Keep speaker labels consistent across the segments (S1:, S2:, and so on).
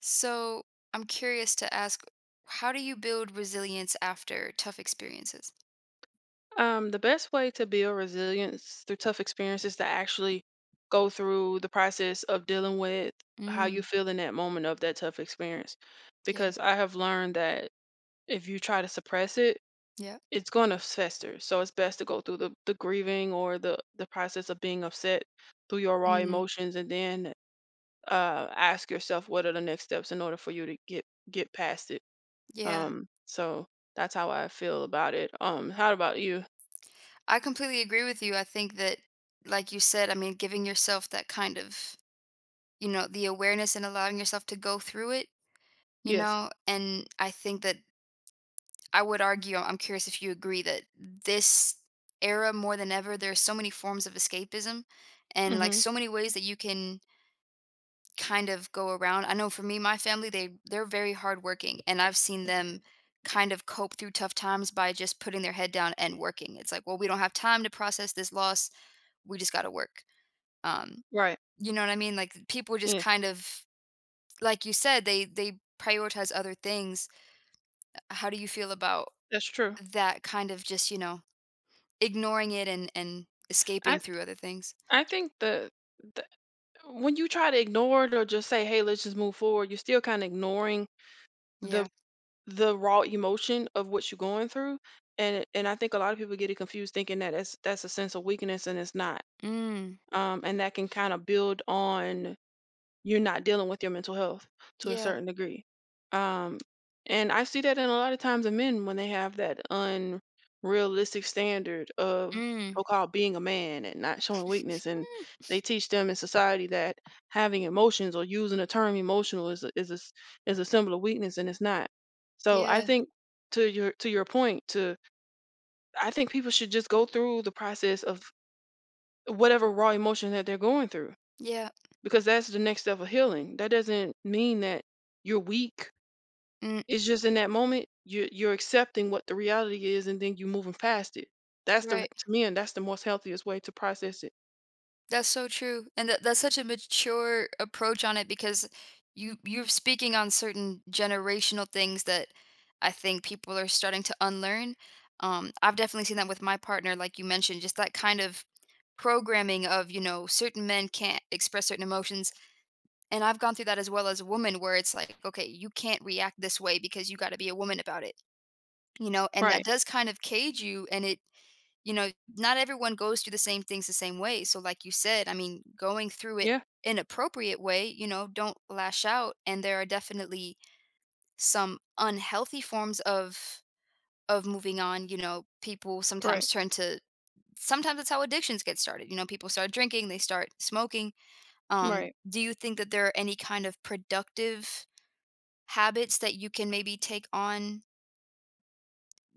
S1: So I'm curious to ask, how do you build resilience after tough experiences?
S2: The best way to build resilience through tough experiences to actually go through the process of dealing with how you
S1: Mm,
S2: feel in that moment of that tough experience.
S1: yeah,
S2: Because I have learned that if you try to suppress it,
S1: yeah.
S2: it's going to fester. So it's best to go through the grieving or the process of being upset through your raw
S1: Mm,
S2: emotions and then ask yourself what are the next steps in order for you to get past it.
S1: yeah.
S2: So that's how I feel about it. How about you?
S1: I completely agree with you. I think that, like you said, giving yourself that kind of, the awareness and allowing yourself to go through it, you
S2: Yes.
S1: know, and I think that I would argue, I'm curious if you agree that this era more than ever, there are so many forms of escapism and like
S2: Hmm.
S1: so many ways that you can kind of go around. I know for me, my family, they're very hardworking, and I've seen them kind of cope through tough times by just putting their head down and working. It's like, well, we don't have time to process this loss. We just got to work. Um,
S2: Right.
S1: you know what I mean? Like people just
S2: Yes,
S1: kind of, like you said, they prioritize other things. How do you feel about
S2: that's true.
S1: that kind of just ignoring it and escaping
S2: I
S1: through other things?
S2: I think the when you try to ignore it or just say, "Hey, let's just move forward," you're still kind of ignoring the
S1: Yeah.
S2: the raw emotion of what you're going through, and I think a lot of people get it confused, thinking that that's a sense of weakness, and it's not.
S1: Mm.
S2: And that can kind of build on you're not dealing with your mental health to a
S1: Yeah.
S2: certain degree. Um, and I see that in a lot of times of men when they have that unrealistic standard of
S1: Mm.
S2: so-called being a man and not showing weakness, and they teach them in society that having emotions or using the term emotional is is a symbol of weakness, and it's not. So I
S1: Yeah.
S2: think to your point, to I think people should just go through the process of whatever raw emotion that they're going through
S1: Yeah.
S2: because that's the next step of healing. That doesn't mean that you're weak.
S1: Mm.
S2: It's just in that moment you're accepting what the reality is, and then you moving past it. That's the
S1: Right.
S2: To me, and that's the most healthiest way to process it.
S1: That's so true, and that's such a mature approach on it because you're speaking on certain generational things that I think people are starting to unlearn. I've definitely seen that with my partner, like you mentioned, just that kind of programming of certain men can't express certain emotions, and I've gone through that as well as a woman, where it's like, okay, you can't react this way because you got to be a woman about it, you know, and that
S2: Right.
S1: does kind of cage you, and it you know, not everyone goes through the same things the same way. So, like you said, going through it
S2: Yeah.
S1: in appropriate way, you know, don't lash out. And there are definitely some unhealthy forms of moving on. You know, people
S2: Correct.
S1: sometimes turn to sometimes that's how addictions get started. You know, people start drinking, they start smoking. Um,
S2: Right.
S1: do you think that there are any kind of productive habits that you can maybe take on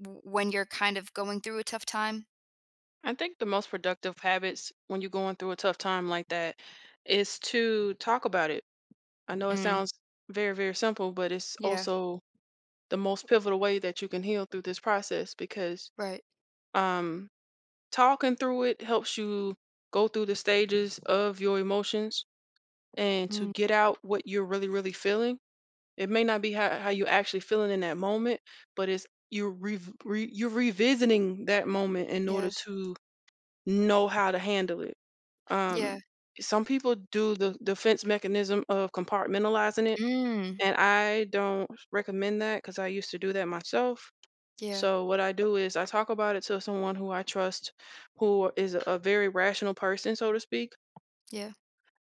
S1: when you're kind of going through a tough time?
S2: I think the most productive habits when you're going through a tough time like that is to talk about it. I know it
S1: Mm,
S2: sounds very, very simple, but it's
S1: yeah,
S2: also the most pivotal way that you can heal through this process because
S1: right.
S2: um talking through it helps you go through the stages of your emotions and to
S1: Mm,
S2: get out what you're really really feeling. It may not be how you actually feeling in that moment, but it's you're re, re, you're revisiting that moment in order
S1: yeah,
S2: to know how to handle it.
S1: yeah.
S2: um some people do the defense mechanism of compartmentalizing it,
S1: Mm,
S2: and I don't recommend that because I used to do that myself.
S1: yeah,
S2: So what I do is I talk about it to someone who I trust, who is a very rational person, so to speak.
S1: yeah,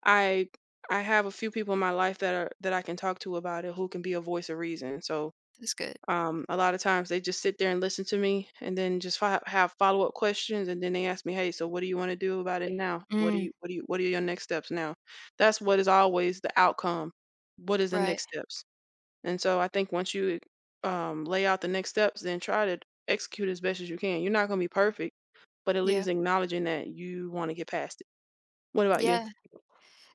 S2: I I have a few people in my life that I can talk to about it, who can be a voice of reason. So
S1: that's good.
S2: a lot of times they just sit there and listen to me, and then just have follow up questions, and then they ask me, "Hey, so what do you want to do about it now? What do
S1: Mm,
S2: you what do you what are your next steps now?" That's what is always the outcome. What is the
S1: right,
S2: next steps? And so I think once you lay out the next steps, then try to execute as best as you can. You're not going to be perfect, but at
S1: yeah,
S2: least acknowledging that you want to get past it. What about you?
S1: yeah.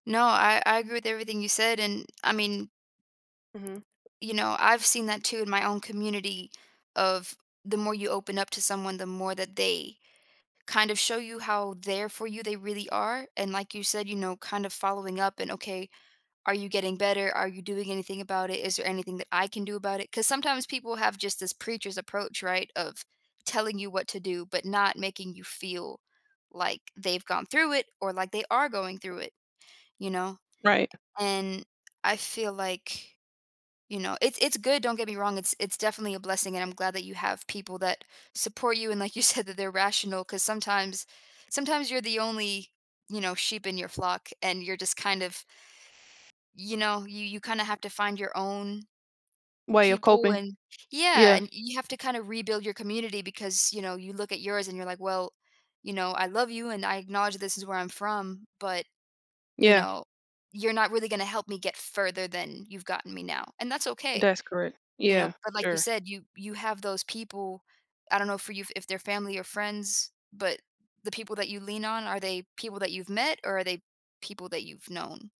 S1: No, I agree with everything you said, and
S2: Hmm.
S1: I've seen that too in my own community of the more you open up to someone, the more that they kind of show you how there for you they really are, and like you said, kind of following up and okay, are you getting better? Are you doing anything about it? Is there anything that I can do about it? Because sometimes people have just this preacher's approach, right? Of telling you what to do, but not making you feel like they've gone through it or like they are going through it, you know?
S2: Right.
S1: And I feel like, you know, it's good, don't get me wrong. It's definitely a blessing and I'm glad that you have people that support you and like you said that they're rational because sometimes you're the only, you know, sheep in your flock and you're just kind of you know, you kinda have to find your own
S2: Way of
S1: people
S2: coping.
S1: and yeah,
S2: Yeah.
S1: and you have to kinda rebuild your community because, you know, you look at yours and you're like, "Well, you know, I love you and I acknowledge this is where I'm from, but, you
S2: Yeah.
S1: know, you're not really gonna help me get further than you've gotten me now," and that's okay,
S2: That's correct.
S1: you know,
S2: Yeah.
S1: but like you
S2: Sure.
S1: said, you have those people, I don't know for you if they're family or friends, but the people that you lean on, are they people that you've met or are they people that you've known,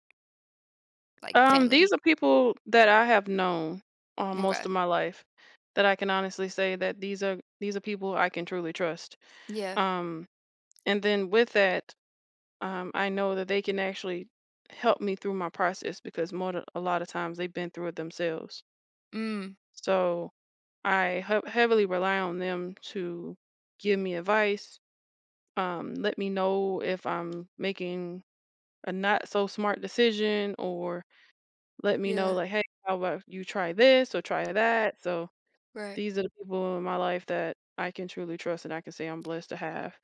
S1: like
S2: These
S1: family?
S2: are people that I have known most
S1: Okay.
S2: of my life that I can honestly say that these are people I can truly trust.
S1: Yeah.
S2: Um, and then with that, I know that they can actually help me through my process because a lot of times they've been through it themselves.
S1: Mm,
S2: So I heavily rely on them to give me advice, let me know if I'm making a not so smart decision, or let me
S1: yeah,
S2: know like, hey, how about you try this or try that. So
S1: right.
S2: these are the people in my life that I can truly trust and I can say I'm blessed to have.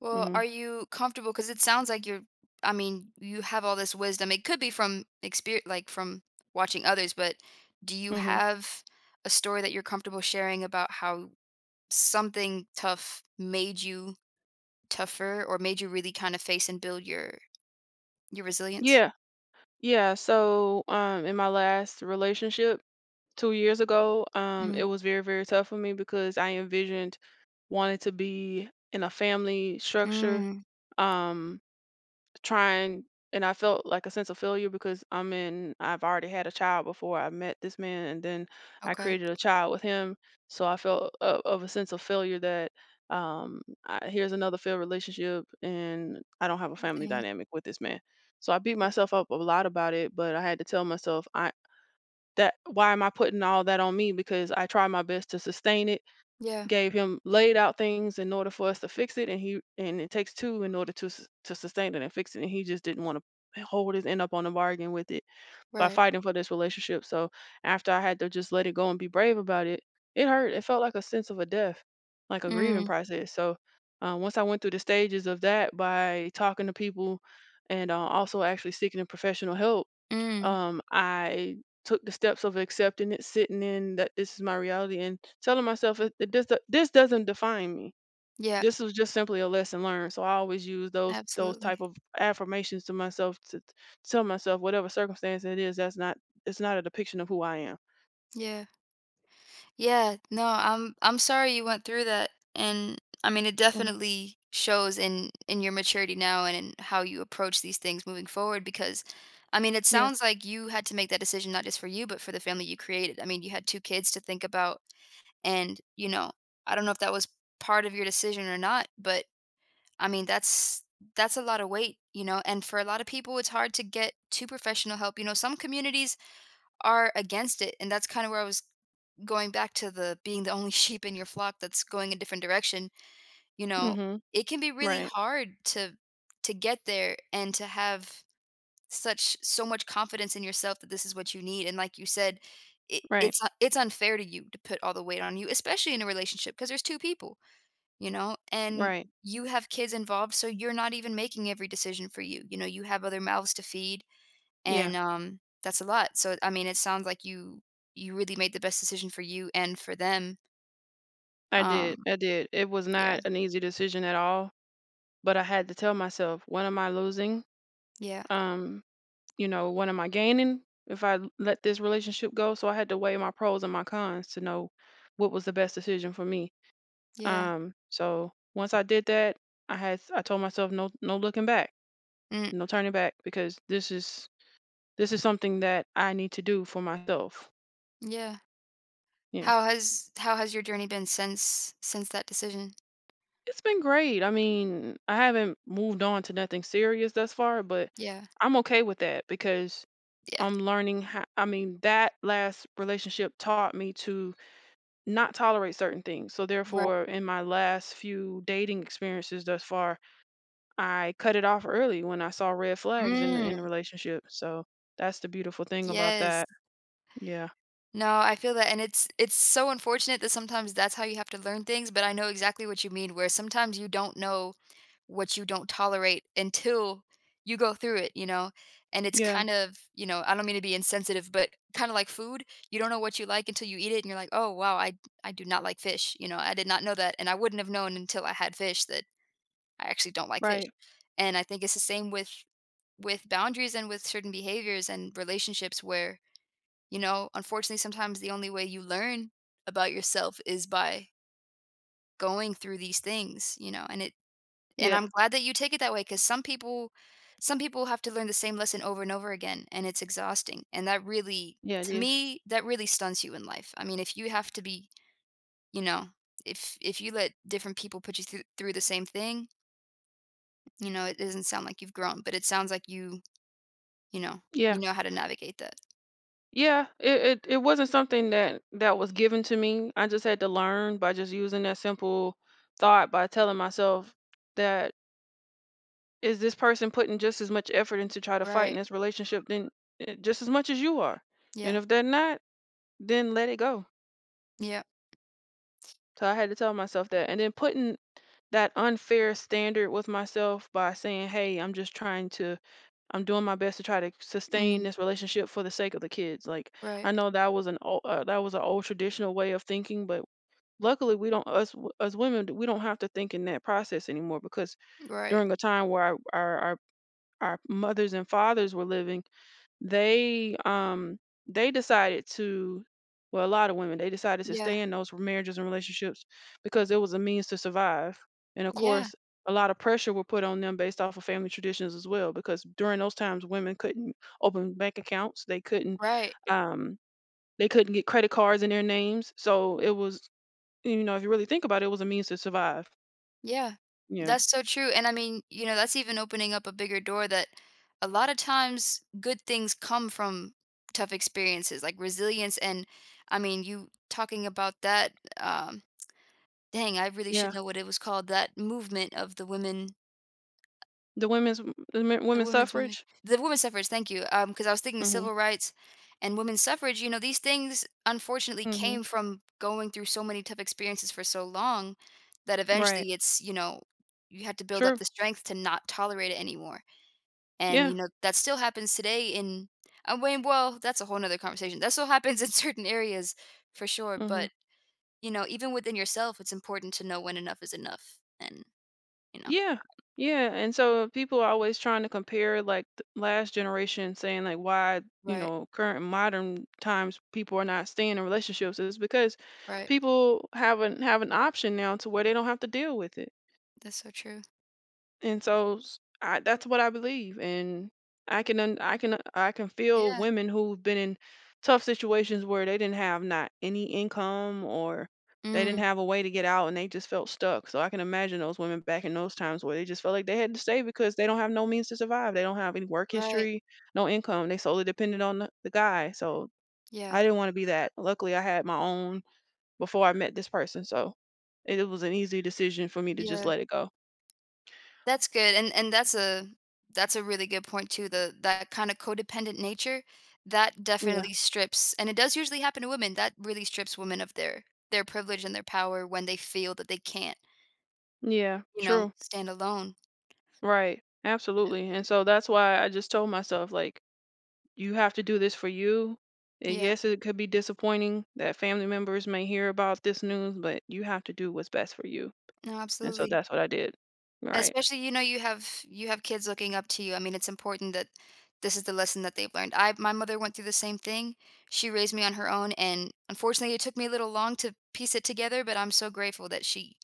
S1: Well,
S2: Hmm.
S1: are you comfortable? Because it sounds like you're, I mean, you have all this wisdom. It could be from experience, like from watching others, but do you
S2: Hmm.
S1: have a story that you're comfortable sharing about how something tough made you tougher or made you really kind of face and build your resilience?
S2: Yeah. Yeah. So in my last relationship. 2 years ago, it
S1: Mm,
S2: was very, very tough for me because I envisioned wanting to be in a family structure,
S1: mm,
S2: um, trying and I felt like a sense of failure because I've already had a child before I met this man, and then I
S1: okay.
S2: created a child with him, so I felt o of a sense of failure that, I here's another failed relationship, and I don't have a family
S1: Thing.
S2: dynamic with this man. So I beat myself up a lot about it, but I had to tell myself, "I that why am I putting all that on me? Because I tried my best to sustain it,
S1: Yeah,
S2: gave him laid out things in order for us to fix it, and he and it takes two in order to to sustain it and fix it, and he just didn't want to hold his end up on the bargain with it by
S1: right.
S2: fighting for this relationship. So after I had to just let it go and be brave about it, it hurt. It felt like a sense of a death, like a grieving
S1: Mm,
S2: process. So once I went through the stages of that by talking to people and also actually seeking professional help
S1: mm,
S2: I took the steps of accepting it, sitting in that this is my reality, and telling myself that this this doesn't define me.
S1: yeah,
S2: This was just simply a lesson learned. So I always use those
S1: absolutely.
S2: type of affirmations to myself tell myself whatever circumstance it is, that's not it's not a depiction of who I am.
S1: Yeah. Yeah, no, I'm sorry you went through that. And I mean, it
S2: Hmm.
S1: definitely shows in your maturity now and in how you approach these things moving forward because I mean, it
S2: Yeah.
S1: sounds like you had to make that decision not just for you, but for the family you created. I mean, you had two kids to think about and, you know, I don't know if that was part of your decision or not, but I mean, that's a lot of weight, you know, and for a lot of people it's hard to get to professional help. You know, some communities are against it, and that's kind of where I was going back to the being the only sheep in your flock that's going a different direction, you know,
S2: Hmm.
S1: it can be really
S2: Right.
S1: hard to get there and to have such so much confidence in yourself that this is what you need. And like you said, it,
S2: Right.
S1: it's u- it's unfair to you to put all the weight on you, especially in a relationship because there's two people, you know, and
S2: Right.
S1: you have kids involved, so you're not even making every decision for you. You know, you have other mouths to feed,
S2: Yeah.
S1: and that's a lot. So I mean, it sounds like you really made the best decision for you and for them
S2: I
S1: um,
S2: did. I did. It was
S1: yeah,
S2: not an easy decision at all, but I had to tell myself, what am I losing?
S1: yeah,
S2: Um, you know, what am I gaining if I let this relationship go? So I had to weigh my pros and my cons to know what was the best decision for me.
S1: yeah,
S2: So once I did that, I told myself no no looking back,
S1: mm,
S2: no turning back because this is something that I need to do for myself.
S1: yeah.
S2: Yeah.
S1: How has your journey been since that decision?
S2: It's been great. I mean, I haven't moved on to nothing serious thus far, but
S1: Yeah,
S2: I'm okay with that because
S1: yeah,
S2: I'm learning how I mean, that last relationship taught me to not tolerate certain things. So
S1: right.
S2: therefore, in my last few dating experiences thus far, I cut it off early when I saw red flags
S1: Mm,
S2: in a relationship. So that's the beautiful thing about
S1: yes.
S2: that. Yeah.
S1: No, I feel that, and it's so unfortunate that sometimes that's how you have to learn things. But I know exactly what you mean, where sometimes you don't know what you don't tolerate until you go through it, you know? And it's
S2: Yeah.
S1: kind of, you know, I don't mean to be insensitive, but kind of like food, you don't know what you like until you eat it and you're like, "Oh, wow, I do not like fish." You know, I did not know that, and I wouldn't have known until I had fish that I actually don't like fish.
S2: Right.
S1: And I think it's the same with boundaries and with certain behaviors and relationships where, you know, unfortunately sometimes the only way you learn about yourself is by going through these things, you know, and it and
S2: Yeah.
S1: I'm glad that you take it that way, because some people have to learn the same lesson over and over again, and it's exhausting, and that really
S2: Yeah, it
S1: to
S2: is.
S1: me, that really stuns you in life. I mean, if you have to be you know, if you let different people put you through the same thing, you know, it doesn't sound like you've grown, but it sounds like you you know,
S2: Yeah.
S1: you know how to navigate that.
S2: Yeah, it it wasn't something that was given to me. I just had to learn by just using that simple thought by telling myself that is this person putting just as much effort into try to fight in
S1: Right.
S2: this relationship than just as much as you are. And
S1: Yeah.
S2: if they're not, then let it go.
S1: Yeah.
S2: So I had to tell myself that. And then putting that unfair standard with myself by saying, "Hey, I'm just trying to I'm doing my best to try to sustain
S1: Mm.
S2: this relationship for the sake of the kids." Like
S1: Right.
S2: I know that was an old, that was an old traditional way of thinking, but luckily we don't us w- as women we don't have to think in that process anymore because
S1: Right.
S2: during a time where our mothers and fathers were living. They, um, they decided to well, a lot of women, they decided to
S1: Yeah.
S2: stay in those marriages and relationships because it was a means to survive. And of
S1: Yeah.
S2: course, a lot of pressure were put on them based off of family traditions as well, because during those times, women couldn't open bank accounts,
S1: Right.
S2: um, they couldn't get credit cards in their names. So it was, you know, if you really think about it, it was a means to survive.
S1: Yeah,
S2: Yeah,
S1: that's so true, and I mean, you know, that's even opening up a bigger door that a lot of times good things come from tough experiences, like resilience, and I mean, you talking about that, um, dang, I really should
S2: yeah.
S1: know what it was called, that movement of the women
S2: The women's
S1: the
S2: women's
S1: women's movement.
S2: suffrage.
S1: The women's suffrage, thank you. Because I was thinking
S2: Mhm,
S1: civil rights and women's suffrage, you know, these things unfortunately
S2: mhm.
S1: came from going through so many tough experiences for so long that
S2: Right.
S1: eventually it's, you know, you had to build up
S2: True.
S1: the strength to not tolerate it anymore. And,
S2: Yeah.
S1: you know, that still happens today in I mean, well, that's a whole nother conversation. That still happens in certain areas for sure,
S2: Mhm.
S1: but, you know, even within yourself, it's important to know when enough is enough and, you know.
S2: Yeah. Yeah. And so people are always trying to compare like the last generation saying like why, you
S1: Right,
S2: know, current modern times people are not staying in relationships is because
S1: right.
S2: people have an option now to where they don't have to deal with it.
S1: That's so true.
S2: And so s I that's what I believe, and I can un I can feel
S1: Yeah.
S2: women who've been in tough situations where they didn't have not any income or they didn't
S1: Mm,
S2: have a way to get out and they just felt stuck. So I can imagine those women back in those times where they just felt like they had to stay because they don't have no means to survive. They don't have any work
S1: right.
S2: history, no income. They solely depended on the guy. So
S1: Yeah,
S2: I didn't want to be that. Luckily, I had my own before I met this person. So it was an easy decision for me to just
S1: yeah,
S2: let it go.
S1: that's good, and that's a really good point too, the that kinda codependent nature, that
S2: Yeah.
S1: definitely strips and it does usually happen to women, that really strips women of their privilege and their power when they feel that they can't,
S2: Yeah.
S1: you know,
S2: True.
S1: stand alone,
S2: Right. Absolutely. And
S1: definitely.
S2: so that's why I just told myself, like, you have to do this for you. And
S1: Yeah,
S2: yes, it could be disappointing that family members may hear about this news, but you have to do what's best for you.
S1: no,
S2: And so
S1: absolutely.
S2: that's what I did. Right.
S1: Especially, you know, you have kids looking up to you. I mean, it's important that this is the lesson that they've learned. I my mother went through the same thing. She raised me on her own, and unfortunately, it took me a little long to piece it together, but I'm so grateful that she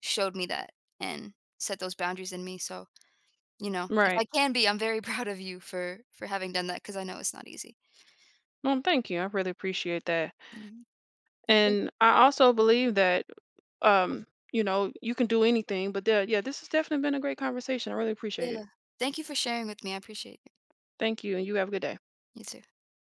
S1: showed me that and set those boundaries in me. So, you know, if
S2: Right.
S1: I can be, I'm very proud of you for having done that because I know it's not easy.
S2: Well, thank you. I really appreciate that.
S1: Yeah. Thank,
S2: And I also believe that, um, you know, you can do anything. But there, yeah, this has definitely been a great conversation. I really appreciate it.
S1: yeah. Thank you for sharing with me. I appreciate it.
S2: Thank you, and you have a good day.
S1: You too.